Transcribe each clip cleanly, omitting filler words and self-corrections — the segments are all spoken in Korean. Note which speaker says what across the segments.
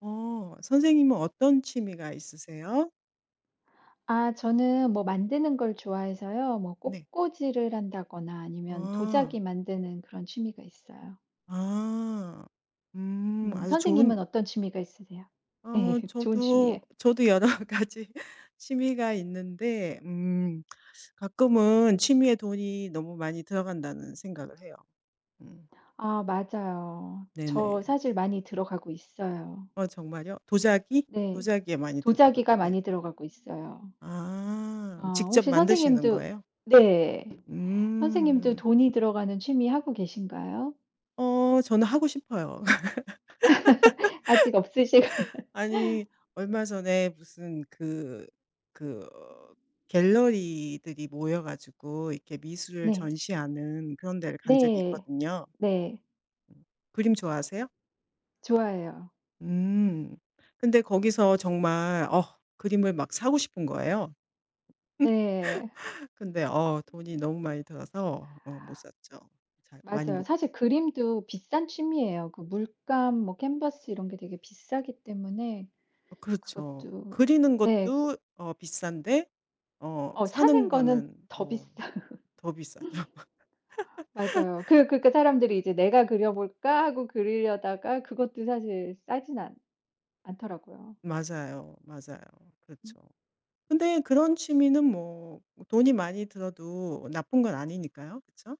Speaker 1: 어. 선생님은 어떤 취미가 있으세요?
Speaker 2: 아 저는 뭐 만드는 걸 좋아해서요. 뭐
Speaker 1: 네.
Speaker 2: 꽃꽂이를 한다거나 아니면
Speaker 1: 아.
Speaker 2: 도자기 만드는 그런 취미가 있어요.
Speaker 1: 아. 음. 아주
Speaker 2: 선생님은
Speaker 1: 좋은.
Speaker 2: 어떤 취미가 있으세요?
Speaker 1: 어
Speaker 2: 네 좋은
Speaker 1: 저도
Speaker 2: 취미예요.
Speaker 1: 저도 여러 가지 취미가 있는데, 가끔은 취미에 돈이 너무 많이 들어간다는 생각을 해요. 음.
Speaker 2: 아 맞아요.
Speaker 1: 네네.
Speaker 2: 저 사실 많이 들어가고 있어요.
Speaker 1: 정말요? 도자기?
Speaker 2: 네.
Speaker 1: 도자기에 많이 들 것
Speaker 2: 도자기가
Speaker 1: 같기도 해요.
Speaker 2: 많이 들어가고 있어요.
Speaker 1: 아.
Speaker 2: 아
Speaker 1: 직접
Speaker 2: 혹시
Speaker 1: 만드시는
Speaker 2: 선생님도
Speaker 1: 거예요?
Speaker 2: 네. 선생님도
Speaker 1: 음.
Speaker 2: 돈이 들어가는 취미 하고 계신가요?
Speaker 1: 저는 하고 싶어요.
Speaker 2: 아직 없으시고
Speaker 1: 아니. 얼마 전에 무슨 그 어 갤러리들이 모여 가지고 이렇게 미술을
Speaker 2: 네.
Speaker 1: 전시하는 그런 데를 간 적이
Speaker 2: 네.
Speaker 1: 있거든요.
Speaker 2: 네.
Speaker 1: 음. 그림 좋아하세요?
Speaker 2: 좋아요
Speaker 1: 음. 근데 거기서 정말 그림을 막 사고 싶은 거예요.
Speaker 2: 네.
Speaker 1: 근데 돈이 너무 많이 들어서 못 샀죠. 잘 많이
Speaker 2: 맞아요.
Speaker 1: 못.
Speaker 2: 사실 그림도 비싼 취미예요. 그 물감 뭐 캔버스 이런 게 되게 비싸기 때문에
Speaker 1: 어 그렇죠.
Speaker 2: 그것도
Speaker 1: 그리는
Speaker 2: 네.
Speaker 1: 것도 비싼데
Speaker 2: 사는
Speaker 1: 사는
Speaker 2: 거는
Speaker 1: 거는
Speaker 2: 더 비싸요.
Speaker 1: 더 비싸죠.
Speaker 2: 맞아요. 그 그러니까 사람들이 이제 '내가 그려 볼까?' 하고 그리려다가 그것도 사실 싸진 않 않더라고요.
Speaker 1: 맞아요. 맞아요.
Speaker 2: 음.
Speaker 1: 그렇죠. 근데 그런 취미는 뭐 돈이 많이 들어도 나쁜 건 아니니까요. 그렇죠.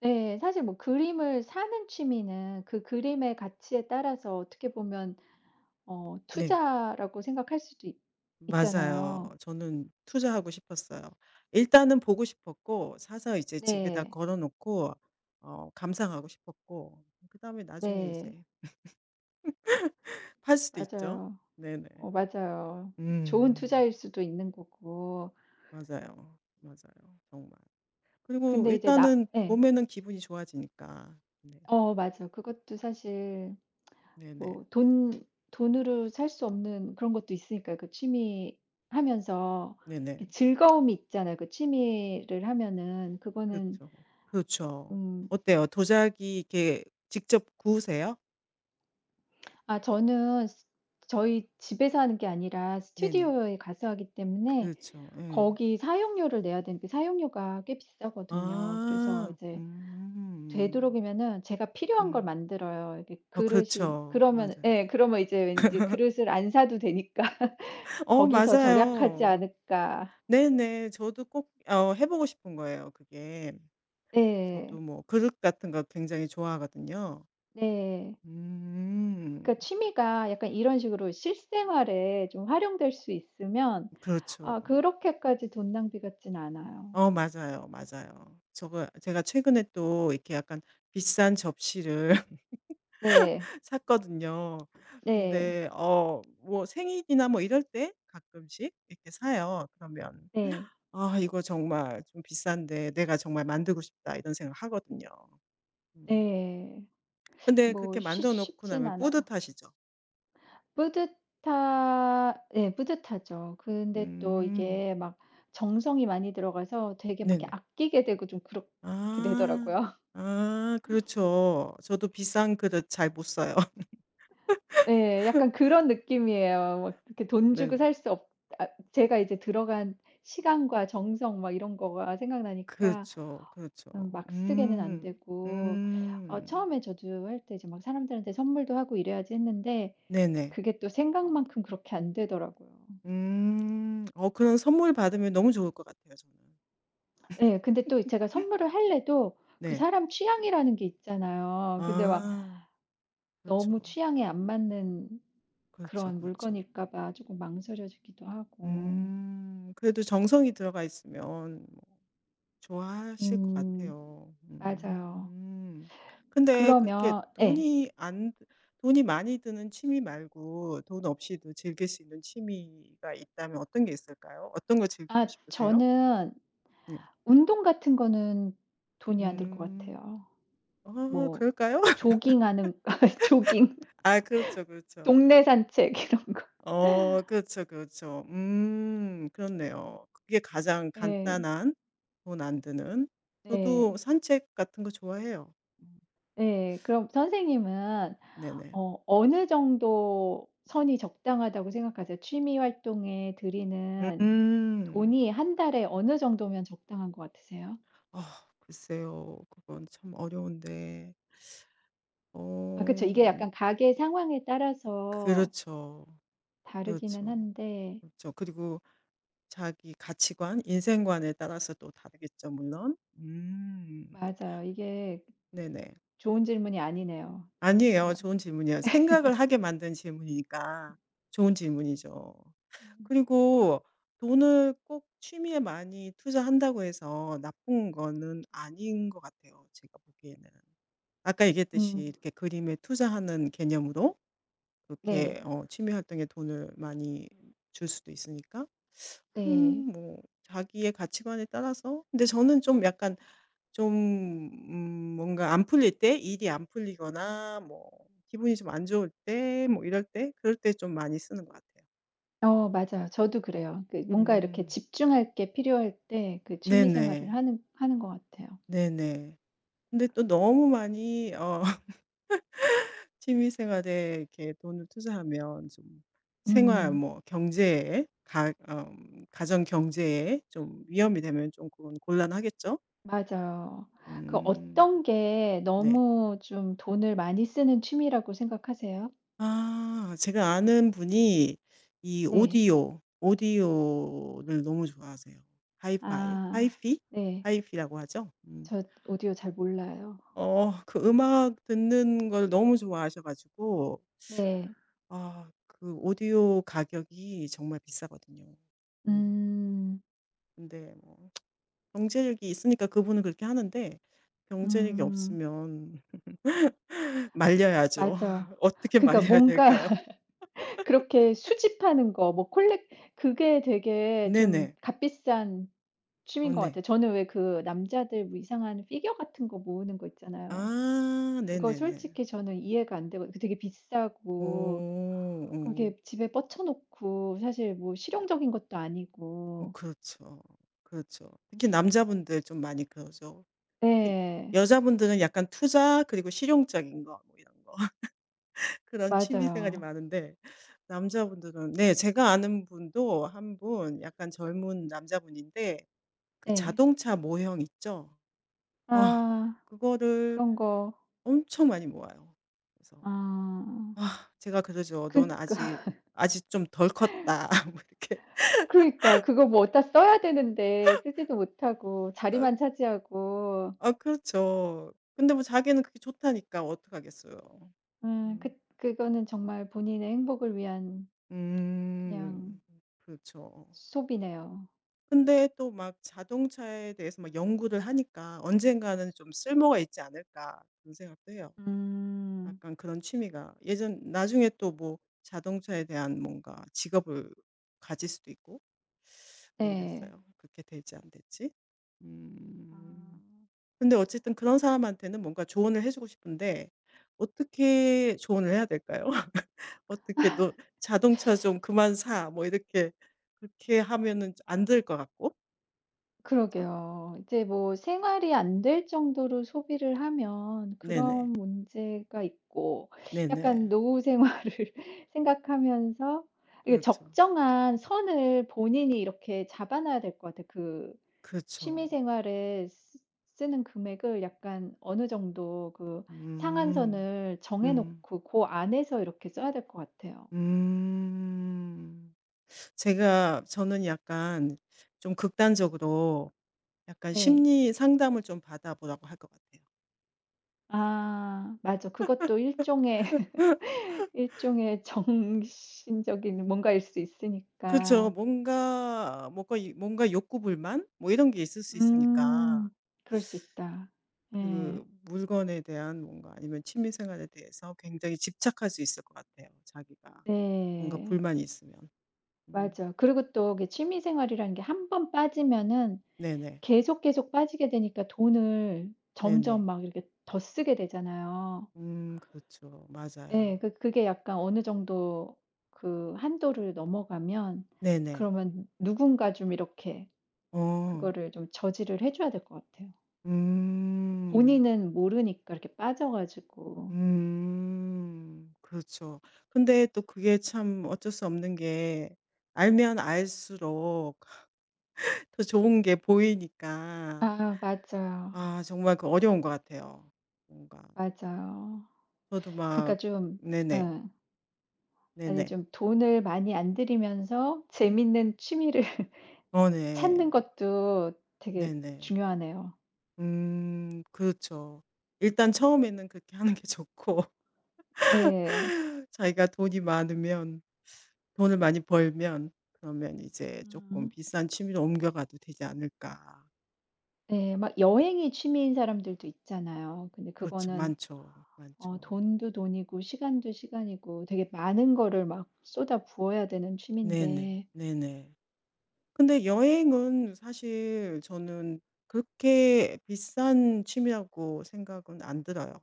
Speaker 2: 네. 사실 뭐 그림을 사는 취미는 그 그림의 가치에 따라서 어떻게 보면
Speaker 1: 네.
Speaker 2: 투자라고 생각할 수도 있 있잖아요.
Speaker 1: 맞아요. 저는 투자하고 싶었어요. 일단은 보고 싶었고 사서 이제 집에다
Speaker 2: 네.
Speaker 1: 걸어 놓고 감상하고 싶었고 그다음에 나중에
Speaker 2: 네.
Speaker 1: 이제 팔 수도 있죠.
Speaker 2: 맞아요.
Speaker 1: 네네.
Speaker 2: 어 맞아요.
Speaker 1: 음.
Speaker 2: 좋은
Speaker 1: 음.
Speaker 2: 투자일 수도 있는 거고.
Speaker 1: 맞아요. 맞아요. 정말. 그리고
Speaker 2: 근데 이제 나
Speaker 1: 일단은
Speaker 2: 예.
Speaker 1: 보면은 기분이 좋아지니까. 네.
Speaker 2: 어 맞아. 그것도 사실
Speaker 1: 네네.
Speaker 2: 뭐 돈 돈으로 살 수 없는 그런 것도 있으니까 그 취미 하면서
Speaker 1: 네네.
Speaker 2: 이 즐거움이 있잖아요. 그 취미를 하면은 그거는
Speaker 1: 그렇죠. 그렇죠.
Speaker 2: 음
Speaker 1: 어때요? 도자기 이렇게 직접 구우세요?
Speaker 2: 아 저는 스 저희 집에서 하는 게 아니라
Speaker 1: 네네.
Speaker 2: 스튜디오에 가서 하기 때문에
Speaker 1: 그렇죠. 예.
Speaker 2: 거기 사용료를 내야 되는데 사용료가 꽤 비싸거든요. 그래서
Speaker 1: 아.
Speaker 2: 이제
Speaker 1: 음.
Speaker 2: 되도록이면은 제가 필요한 걸
Speaker 1: 음.
Speaker 2: 만들어요. 이렇게
Speaker 1: 어
Speaker 2: 그릇이
Speaker 1: 그렇죠.
Speaker 2: 그러면
Speaker 1: 맞아요.
Speaker 2: 예 그러면 이제 왠지 '그릇을 안 사도 되니까
Speaker 1: 어
Speaker 2: 거기서 절약하지
Speaker 1: 맞아요.
Speaker 2: 않을까.'
Speaker 1: 네네. 저도 꼭 해 보고 싶은 거예요 그게.
Speaker 2: 네.
Speaker 1: 저도 뭐 그릇 같은 거 굉장히 좋아하거든요.
Speaker 2: 네.
Speaker 1: 음.
Speaker 2: 그러니까 취미가 약간 이런 식으로 실생활에 좀 활용될 수 있으면
Speaker 1: 그렇죠.
Speaker 2: 아 그렇게까지 돈 낭비 같진 않아요.
Speaker 1: 어 맞아요, 맞아요. 저가 제가 최근에 또 이렇게 약간 비싼 접시를
Speaker 2: 네.
Speaker 1: 샀거든요.
Speaker 2: 네.
Speaker 1: 근데 뭐 생일이나 뭐 이럴 때 가끔씩 이렇게 사요. 그러면
Speaker 2: 네.
Speaker 1: '아 이거 정말 좀 비싼데 내가 정말 만들고 싶다.' 이런 생각을 하거든요. 음.
Speaker 2: 네.
Speaker 1: 근데 그렇게
Speaker 2: 뭐 쉽
Speaker 1: 만들어 놓고
Speaker 2: 쉽진
Speaker 1: 나면
Speaker 2: 않아요.
Speaker 1: 뿌듯하시죠?
Speaker 2: 뿌듯하 네, 뿌듯하죠. 근데 또
Speaker 1: 음.
Speaker 2: 이게 막 정성이 많이 들어가서 되게 막 이렇게
Speaker 1: 네네.
Speaker 2: 아끼게 되고 좀 그렇게 되더라고요.
Speaker 1: 아. 아 그렇죠. 저도 비싼 그릇 잘 못 사요.
Speaker 2: 네, 약간 그런 느낌이에요. 막 이렇게 돈 주고
Speaker 1: 네네.
Speaker 2: 살 수 없 아 제가 이제 들어간 시간과 정성 막 이런 거가 생각나니까
Speaker 1: 그렇죠, 그렇죠.
Speaker 2: 막 쓰게는 안
Speaker 1: 음.
Speaker 2: 되고
Speaker 1: 음.
Speaker 2: 처음에 저도 할 때 이제 막 사람들한테 선물도 하고 이래야지 했는데
Speaker 1: 네네.
Speaker 2: 그게 또 생각만큼 그렇게 안 되더라고요.
Speaker 1: 음. 그런 선물 받으면 너무 좋을 것 같아요 저는.
Speaker 2: 예. 근데 또 제가 선물을 할래도 그
Speaker 1: 네.
Speaker 2: 사람 취향이라는 게 있잖아요. 근데 막
Speaker 1: 아.
Speaker 2: 너무
Speaker 1: 그렇죠.
Speaker 2: 취향에 안 맞는
Speaker 1: 그렇죠,
Speaker 2: 그런
Speaker 1: 그렇죠.
Speaker 2: 물건일까 봐 조금 망설여지기도 하고.
Speaker 1: 음. 그래도 정성이 들어가 있으면 뭐 좋아하실 것
Speaker 2: 음
Speaker 1: 같아요.
Speaker 2: 맞아요.
Speaker 1: 음. 근데 그렇게
Speaker 2: 그러면 예.
Speaker 1: 돈이 안 돈이 많이 드는 취미 말고 돈 없이도 즐길 수 있는 취미가 있다면 어떤 게 있을까요? 어떤 거 즐기고
Speaker 2: 아
Speaker 1: 싶으세요?
Speaker 2: 저는
Speaker 1: 네.
Speaker 2: 운동 같은 거는 돈이 안 들 것
Speaker 1: 음.
Speaker 2: 같아요. 뭐
Speaker 1: 그럴까요?
Speaker 2: 조깅하는 조깅,
Speaker 1: 아 그렇죠, 그렇죠.
Speaker 2: 동네 산책 이런 거.
Speaker 1: 어 그렇죠, 그렇죠. 음. 그렇네요. 그게 가장
Speaker 2: 예.
Speaker 1: 간단한 돈 안 드는. 저도
Speaker 2: 네.
Speaker 1: 산책 같은 거 좋아해요. 음.
Speaker 2: 예. 그럼 선생님은
Speaker 1: 네네.
Speaker 2: 어느 정도 선이 적당하다고 생각하세요? 취미 활동에 들이는
Speaker 1: 음.
Speaker 2: 돈이 한 달에 어느 정도면 적당한 것 같으세요?
Speaker 1: 아 글쎄요. 그건 참 어려운데. 어
Speaker 2: 아 그쵸. 이게 약간 가게 상황에 따라서
Speaker 1: 그렇죠.
Speaker 2: 다르기는
Speaker 1: 그렇죠.
Speaker 2: 한데
Speaker 1: 그렇죠. 그리고 자기 가치관, 인생관에 따라서 또 다르겠죠 물론. 음.
Speaker 2: 맞아요. 이게
Speaker 1: 네네.
Speaker 2: 좋은 질문이 아니네요.
Speaker 1: 아니에요.
Speaker 2: 제가
Speaker 1: 좋은 질문이에요. 생각을 하게 만든 질문이니까 좋은 질문이죠.
Speaker 2: 음.
Speaker 1: 그리고 돈을 꼭 취미에 많이 투자한다고 해서 나쁜 거는 아닌 것 같아요, 제가 보기에는. 아까 얘기했듯이
Speaker 2: 음
Speaker 1: 이렇게 그림에 투자하는 개념으로
Speaker 2: 네.
Speaker 1: 그렇게 취미 활동에 돈을 많이 줄 수도 있으니까,
Speaker 2: 네.
Speaker 1: 뭐 자기의 가치관에 따라서. 근데 저는 좀 약간 좀, 뭔가 안 풀릴 때 일이 안 풀리거나 뭐 기분이 좀 안 좋을 때 뭐 이럴 때 그럴 때 좀 많이 쓰는 것 같아요.
Speaker 2: 어 맞아요. 저도 그래요. 그 뭔가 이렇게
Speaker 1: 음.
Speaker 2: 집중할 게 필요할 때 그 취미 생활을
Speaker 1: 네네.
Speaker 2: 하는 것 같아요.
Speaker 1: 네네. 근데 또 너무 많이 취미 생활에 이렇게 돈을 투자하면 좀 생활
Speaker 2: 음.
Speaker 1: 뭐 경제에 가 가정 경제에 좀 위험이 되면 좀 그건 곤란하겠죠?
Speaker 2: 맞아요. 그
Speaker 1: 음.
Speaker 2: 어떤 게
Speaker 1: 네.
Speaker 2: 너무 좀 돈을 많이 쓰는 취미라고 생각하세요?
Speaker 1: 아 제가 아는 분이 이
Speaker 2: 네.
Speaker 1: 오디오를 너무 좋아하세요. 하이파이,
Speaker 2: 아.
Speaker 1: 하이피?
Speaker 2: 네.
Speaker 1: 하이피라고 하죠? 음.
Speaker 2: 저 오디오 잘 몰라요.
Speaker 1: 그 음악 듣는 걸 너무 좋아하셔 가지고
Speaker 2: 네.
Speaker 1: 아 그 오디오 가격이 정말 비싸거든요. 음.
Speaker 2: 음.
Speaker 1: 근데 뭐 경제력이 있으니까 그분은 그렇게 하는데 경제력이
Speaker 2: 음.
Speaker 1: 없으면 말려야죠.
Speaker 2: 맞아요.
Speaker 1: 어떻게
Speaker 2: 그러니까
Speaker 1: 말려야
Speaker 2: 뭔가
Speaker 1: 될까요?
Speaker 2: 그렇게 수집하는 거 뭐 콜렉 그게 되게 좀
Speaker 1: 네네.
Speaker 2: 값비싼
Speaker 1: 어
Speaker 2: 취미인 것
Speaker 1: 네.
Speaker 2: 같아요. 저는 왜 그 남자들 뭐 이상한 피겨 같은 거 모으는 거 있잖아요.
Speaker 1: 아
Speaker 2: 그거
Speaker 1: 네네네.
Speaker 2: 솔직히 저는 이해가 안 되고 그 되게 비싸고
Speaker 1: 오. 음,
Speaker 2: 그게 집에 뻗쳐 놓고 사실 뭐 실용적인 것도 아니고.
Speaker 1: 그렇죠. 그렇죠. 특히 남자분들 좀 많이 그러죠. 이
Speaker 2: 네.
Speaker 1: 여자분들은 약간 투자 그리고 실용적인 거 뭐 이런 거 그런 취미 생활이
Speaker 2: 맞아요.
Speaker 1: 많은데 남자분들은, 네, 제가 아는 분도 한 분 약간 젊은 남자분인데 그
Speaker 2: 네.
Speaker 1: 자동차 모형 있죠? 아
Speaker 2: 아
Speaker 1: 그거를
Speaker 2: 그런 거
Speaker 1: 엄청 많이 모아요. 그래서
Speaker 2: 아
Speaker 1: 아 제가 그러죠. "넌
Speaker 2: 그니까
Speaker 1: 아직 아직 좀 덜 컸다." 뭐 이렇게.
Speaker 2: 그러니까 그거 뭐 어디다 써야 되는데 쓰지도 못하고 자리만 차지하고
Speaker 1: 아 그렇죠. 근데 뭐 자기는 그게 좋다니까 어떡하겠어요. 음.
Speaker 2: 그 그거는 정말 본인의 행복을 위한 그냥
Speaker 1: 음. 그렇죠.
Speaker 2: 소비네요.
Speaker 1: 근데 또 막 자동차에 대해서 막 연구를 하니까 '언젠가는 좀 쓸모가 있지 않을까.' 그런 생각도 해요.
Speaker 2: 음
Speaker 1: 약간 그런 취미가. 예전 나중에 또 뭐 자동차에 대한 뭔가 직업을 가질 수도 있고.
Speaker 2: 네.
Speaker 1: 모르겠어요. 그렇게 될지 안 될지. 음.
Speaker 2: 아.
Speaker 1: 근데 어쨌든
Speaker 2: 그
Speaker 1: 그런 사람한테는 뭔가 조언을 해 주고 싶은데 어떻게 조언을 해야 될까요? 어떻게 "너 자동차 좀 그만 사." 뭐 이렇게. 그렇게 하면은 안 될 것 같고. 그죠? 렇
Speaker 2: 그러게요. 이제 뭐 생활이 안 될 정도로 소비를 하면
Speaker 1: 네네.
Speaker 2: 그런 문제가 있고 약간
Speaker 1: 네네.
Speaker 2: 노후 생활을 생각하면서 이게
Speaker 1: 그렇죠.
Speaker 2: 적정한 선을 본인이 이렇게 잡아 놔야 될 것 같아요. 그 취미
Speaker 1: 그렇죠.
Speaker 2: 생활에 쓰 쓰는 금액을 약간 어느 정도 그
Speaker 1: 음.
Speaker 2: 상한선을 정해
Speaker 1: 음.
Speaker 2: 놓고 그 안에서 이렇게 써야 될 것 같아요.
Speaker 1: 음. 제가 저는 약간 좀 극단적으로 약간
Speaker 2: 네.
Speaker 1: 심리 상담을 좀 받아 보라고 할 것 같아요.
Speaker 2: 아 맞아. 그것도 일종의 일종의 정신적인 뭔가일 수
Speaker 1: 그렇죠.
Speaker 2: 있으니까.
Speaker 1: 뭔가 욕구 불만 뭐 이런 게 있을 수 있으니까.
Speaker 2: 음. 그럴 수 있다. 예.
Speaker 1: 그 물건에 대한 뭔가 아니면 취미 생활에 대해서 굉장히 집착할 수 있을 것 같아요, 자기가. 뭔가
Speaker 2: 네.
Speaker 1: 불만이 있으면. 음.
Speaker 2: 맞아. 그리고 또 이게 취미 생활이라는 게 한 번 빠지면은
Speaker 1: 네네.
Speaker 2: 계속, 계속 빠지게 되니까 돈을 점점
Speaker 1: 네네.
Speaker 2: 막 이렇게 더 쓰게 되잖아요.
Speaker 1: 그렇죠.
Speaker 2: 예.
Speaker 1: 맞아요.
Speaker 2: 그 그게 약간 어느 정도 그 한도를 넘어가면
Speaker 1: 네네.
Speaker 2: 그러면 누군가 좀 이렇게
Speaker 1: 어.
Speaker 2: 그거를 좀 저지를 해 줘야 될 것 같아요.
Speaker 1: 음.
Speaker 2: 본인은 모르니까 이렇게 빠져 가지고.
Speaker 1: 음. 그렇죠. 근데 또 그게 참 어쩔 수 없는 게 알면 알수록 더 좋은 게 보이니까
Speaker 2: 아 맞아요.
Speaker 1: 아 정말 그 어려운 것 같아요. 뭔가
Speaker 2: 맞아요.
Speaker 1: 저도
Speaker 2: 그러니까
Speaker 1: 막
Speaker 2: 좀
Speaker 1: 네네.
Speaker 2: 응. 아니
Speaker 1: 네네.
Speaker 2: 좀 돈을 많이 안 들이면서 재밌는 취미를
Speaker 1: 어 네.
Speaker 2: 찾는 것도 되게
Speaker 1: 네네.
Speaker 2: 중요하네요.
Speaker 1: 그렇죠. 일단 처음에는 그렇게 하는 게 좋고
Speaker 2: 네,
Speaker 1: 자기가 돈이 많으면 돈을 많이 벌면 그러면 이제 조금
Speaker 2: 음.
Speaker 1: 비싼 취미로 옮겨가도 되지 않을까.
Speaker 2: 네, 막 여행이 취미인 사람들도 있잖아요. 근데
Speaker 1: 그렇죠.
Speaker 2: 그거는
Speaker 1: 많죠,
Speaker 2: 어
Speaker 1: 많죠.
Speaker 2: 돈도 돈이고 시간도 시간이고 되게 많은 거를 막 쏟아 부어야 되는
Speaker 1: 네네.
Speaker 2: 취미인데
Speaker 1: 네네. 근데 여행은 사실 저는 그렇게 비싼 취미라고 생각은 안 들어요.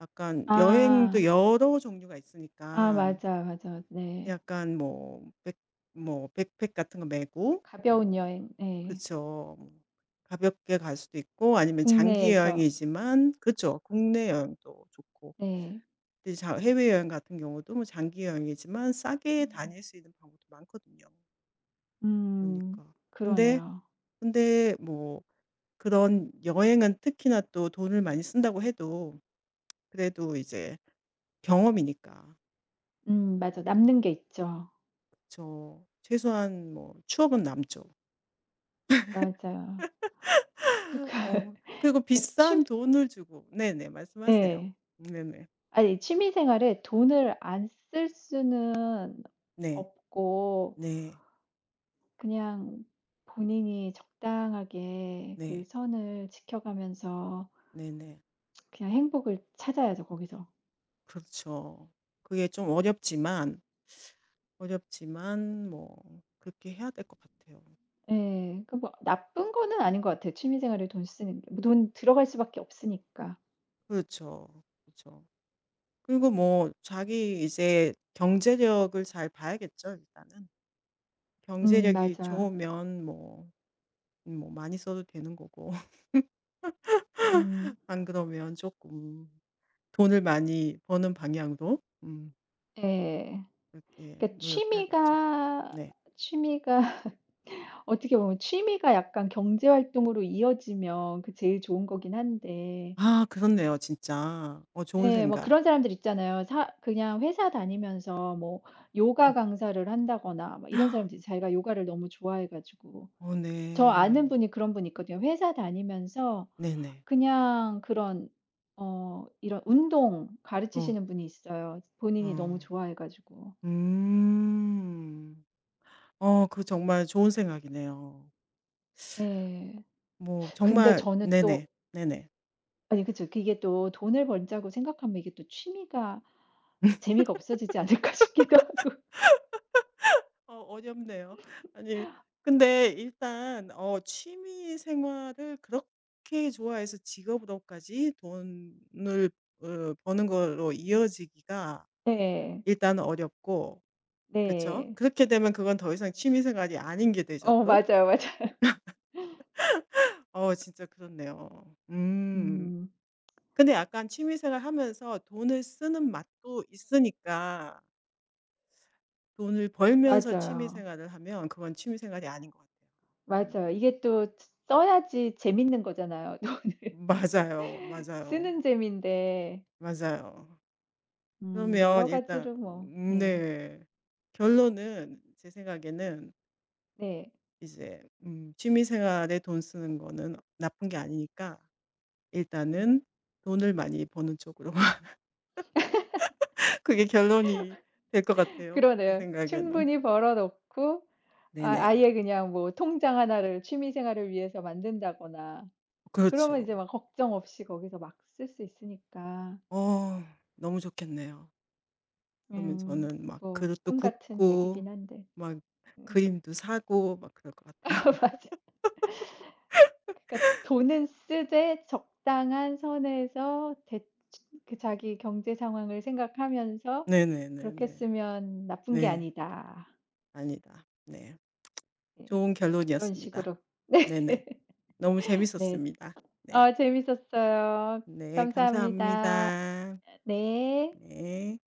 Speaker 1: 약간 여행도
Speaker 2: 아.
Speaker 1: 여러 종류가
Speaker 2: 아
Speaker 1: 있으니까
Speaker 2: 맞아 맞아 네.
Speaker 1: 약간 뭐 백 뭐 백팩 같은 거 메고
Speaker 2: 가벼운
Speaker 1: 뭐
Speaker 2: 여행. 네.
Speaker 1: 그쵸. 뭐 가볍게 갈 수도 있고 아니면 장기
Speaker 2: 국내에서.
Speaker 1: 여행이지만 그쵸. 국내 여행도 좋고.
Speaker 2: 네.
Speaker 1: 근데 자 해외여행 같은 경우도 뭐 장기 여행이지만 싸게
Speaker 2: 음.
Speaker 1: 다닐 수 있는 방법도 많거든요.
Speaker 2: 음.
Speaker 1: 그러니까. 근데,
Speaker 2: 그러네요.
Speaker 1: 근데 뭐 그런 여행은 특히나 또 돈을 많이 쓴다고 해도 그래도 이제 경험이니까
Speaker 2: 맞아.
Speaker 1: 그거를,
Speaker 2: 남는 게 있죠.
Speaker 1: 최소한 뭐 추억은 남죠.
Speaker 2: 맞아요. 그러니까
Speaker 1: 어. 그리고
Speaker 2: 그러니까
Speaker 1: 비싼
Speaker 2: 취
Speaker 1: 돈을 주고, 네네. 말씀하세요.
Speaker 2: 예.
Speaker 1: 네네.
Speaker 2: 아니 취미 생활에 돈을 안 쓸 수는
Speaker 1: 네.
Speaker 2: 없고
Speaker 1: 네.
Speaker 2: 그냥 본인이 적당하게 그
Speaker 1: 네.
Speaker 2: 선을 지켜가면서
Speaker 1: 네네.
Speaker 2: 그냥 행복을 찾아야죠 거기서.
Speaker 1: 그렇죠. 그게 좀 어렵지만 뭐 그렇게 해야 될 것 같아요.
Speaker 2: 예. 그 뭐 나쁜 거는 아닌 것 같아요 취미 생활에 돈 쓰는 게. 뭐 돈 들어갈 수밖에 없으니까.
Speaker 1: 그렇죠. 그렇죠. 그리고 뭐 자기 이제 경제력을 잘 봐야겠죠, 일단은. 경제력이
Speaker 2: 맞아.
Speaker 1: 좋으면 뭐 많이 써도 되는 거고
Speaker 2: 음
Speaker 1: 안 그러면 조금 돈을 많이 버는 방향으로
Speaker 2: 예.
Speaker 1: 그렇게
Speaker 2: 그러니까
Speaker 1: 노력해야겠죠.
Speaker 2: 취미가
Speaker 1: 네.
Speaker 2: 취미가 어떻게 보면 취미가 약간 경제 활동으로 이어지면 그 제일 좋은 거긴 한데
Speaker 1: 아 그렇네요 진짜. 좋은
Speaker 2: 예 뭐
Speaker 1: 생각.
Speaker 2: 그런 사람들 있잖아요. 사 그냥 회사 다니면서 뭐 요가
Speaker 1: 음.
Speaker 2: 강사를 한다거나 막 이런 사람들이 자기가 요가를 너무 좋아해 가지고
Speaker 1: 어
Speaker 2: 저 아는
Speaker 1: 네.
Speaker 2: 분이 그런 분이 있거든요. 회사 다니면서
Speaker 1: 네네.
Speaker 2: 그냥 그런 이런 운동
Speaker 1: 어
Speaker 2: 가르치시는 분이 있어요 본인이 너무
Speaker 1: 어.
Speaker 2: 좋아해 가지고.
Speaker 1: 음. 그 정말 좋은 생각이네요.
Speaker 2: 예.
Speaker 1: 뭐
Speaker 2: 근데
Speaker 1: 정말
Speaker 2: 저는
Speaker 1: 네네.
Speaker 2: 또
Speaker 1: 네네.
Speaker 2: 아니 그쵸. 이게 또 돈을 번다고 생각하면 이게 또 취미가 재미가 없어지지 않을까 싶기도 하고.
Speaker 1: 어렵네요. 아니 근데 일단 취미 생활을 그렇게 좋아해서 직업으로까지 돈을 버는 걸로 이어지기가
Speaker 2: 네.
Speaker 1: 일단 어렵고 그쵸.
Speaker 2: 네.
Speaker 1: 그렇게 되면 그건 더 이상 취미 생활이 아닌 게 되죠 또.
Speaker 2: 맞아요, 맞아요.
Speaker 1: 진짜 그렇네요. 음.
Speaker 2: 음.
Speaker 1: 근데 약간 취미 생활 하면서 돈을 쓰는 맛도 있으니까 돈을 벌면서 취미
Speaker 2: 맞아요.
Speaker 1: 생활을 하면 그건 취미 생활이 아닌 것 같아요.
Speaker 2: 맞아요.
Speaker 1: 음.
Speaker 2: 이게 또 쓰 써야지 재밌는 거잖아요.
Speaker 1: 맞아요, 맞아요,
Speaker 2: 쓰는 재미인데
Speaker 1: 맞아요. 그러면
Speaker 2: 여러
Speaker 1: 일단
Speaker 2: 가지로 뭐 예.
Speaker 1: 네. 결론은 제 생각에는
Speaker 2: 네.
Speaker 1: 이제, 취미 생활에 돈 쓰는 거는 나쁜 게 아니니까 일단은 돈을 많이 버는 쪽으로 그게 결론이 될 것 같아요 제
Speaker 2: 그러네요.
Speaker 1: 생각에는.
Speaker 2: 충분히 벌어 놓고 아
Speaker 1: 네네.
Speaker 2: 아예 그냥 뭐 통장 하나를 취미 생활을 위해서 만든다거나 그러면
Speaker 1: 그렇죠.
Speaker 2: 이제 막 걱정 없이 거기서 막 쓸 수 있으니까
Speaker 1: 어 너무 좋겠네요. 그러면
Speaker 2: 음
Speaker 1: 저는 막
Speaker 2: 뭐
Speaker 1: 그릇도
Speaker 2: 꿈 같은
Speaker 1: 굽고
Speaker 2: 얘기긴 한데.
Speaker 1: 막
Speaker 2: 음.
Speaker 1: 그림도 사고 막 그럴 것 같아요.
Speaker 2: 맞아. 그러니까 돈은 쓰되 적당한 선에서 대 그 자기 경제 상황을 생각하면서 '그렇게
Speaker 1: 네네네네.
Speaker 2: 쓰면 나쁜 게
Speaker 1: 네.
Speaker 2: 아니다.'
Speaker 1: 아니다. 네.
Speaker 2: 예.
Speaker 1: 좋은
Speaker 2: 그런
Speaker 1: 결론이었습니다.
Speaker 2: 식으로.
Speaker 1: 네네. 너무
Speaker 2: 네.
Speaker 1: 재밌었습니다. 네.
Speaker 2: 아 재밌었어요.
Speaker 1: 네.
Speaker 2: 감사합니다.
Speaker 1: 감사합니다.
Speaker 2: 네.
Speaker 1: 네.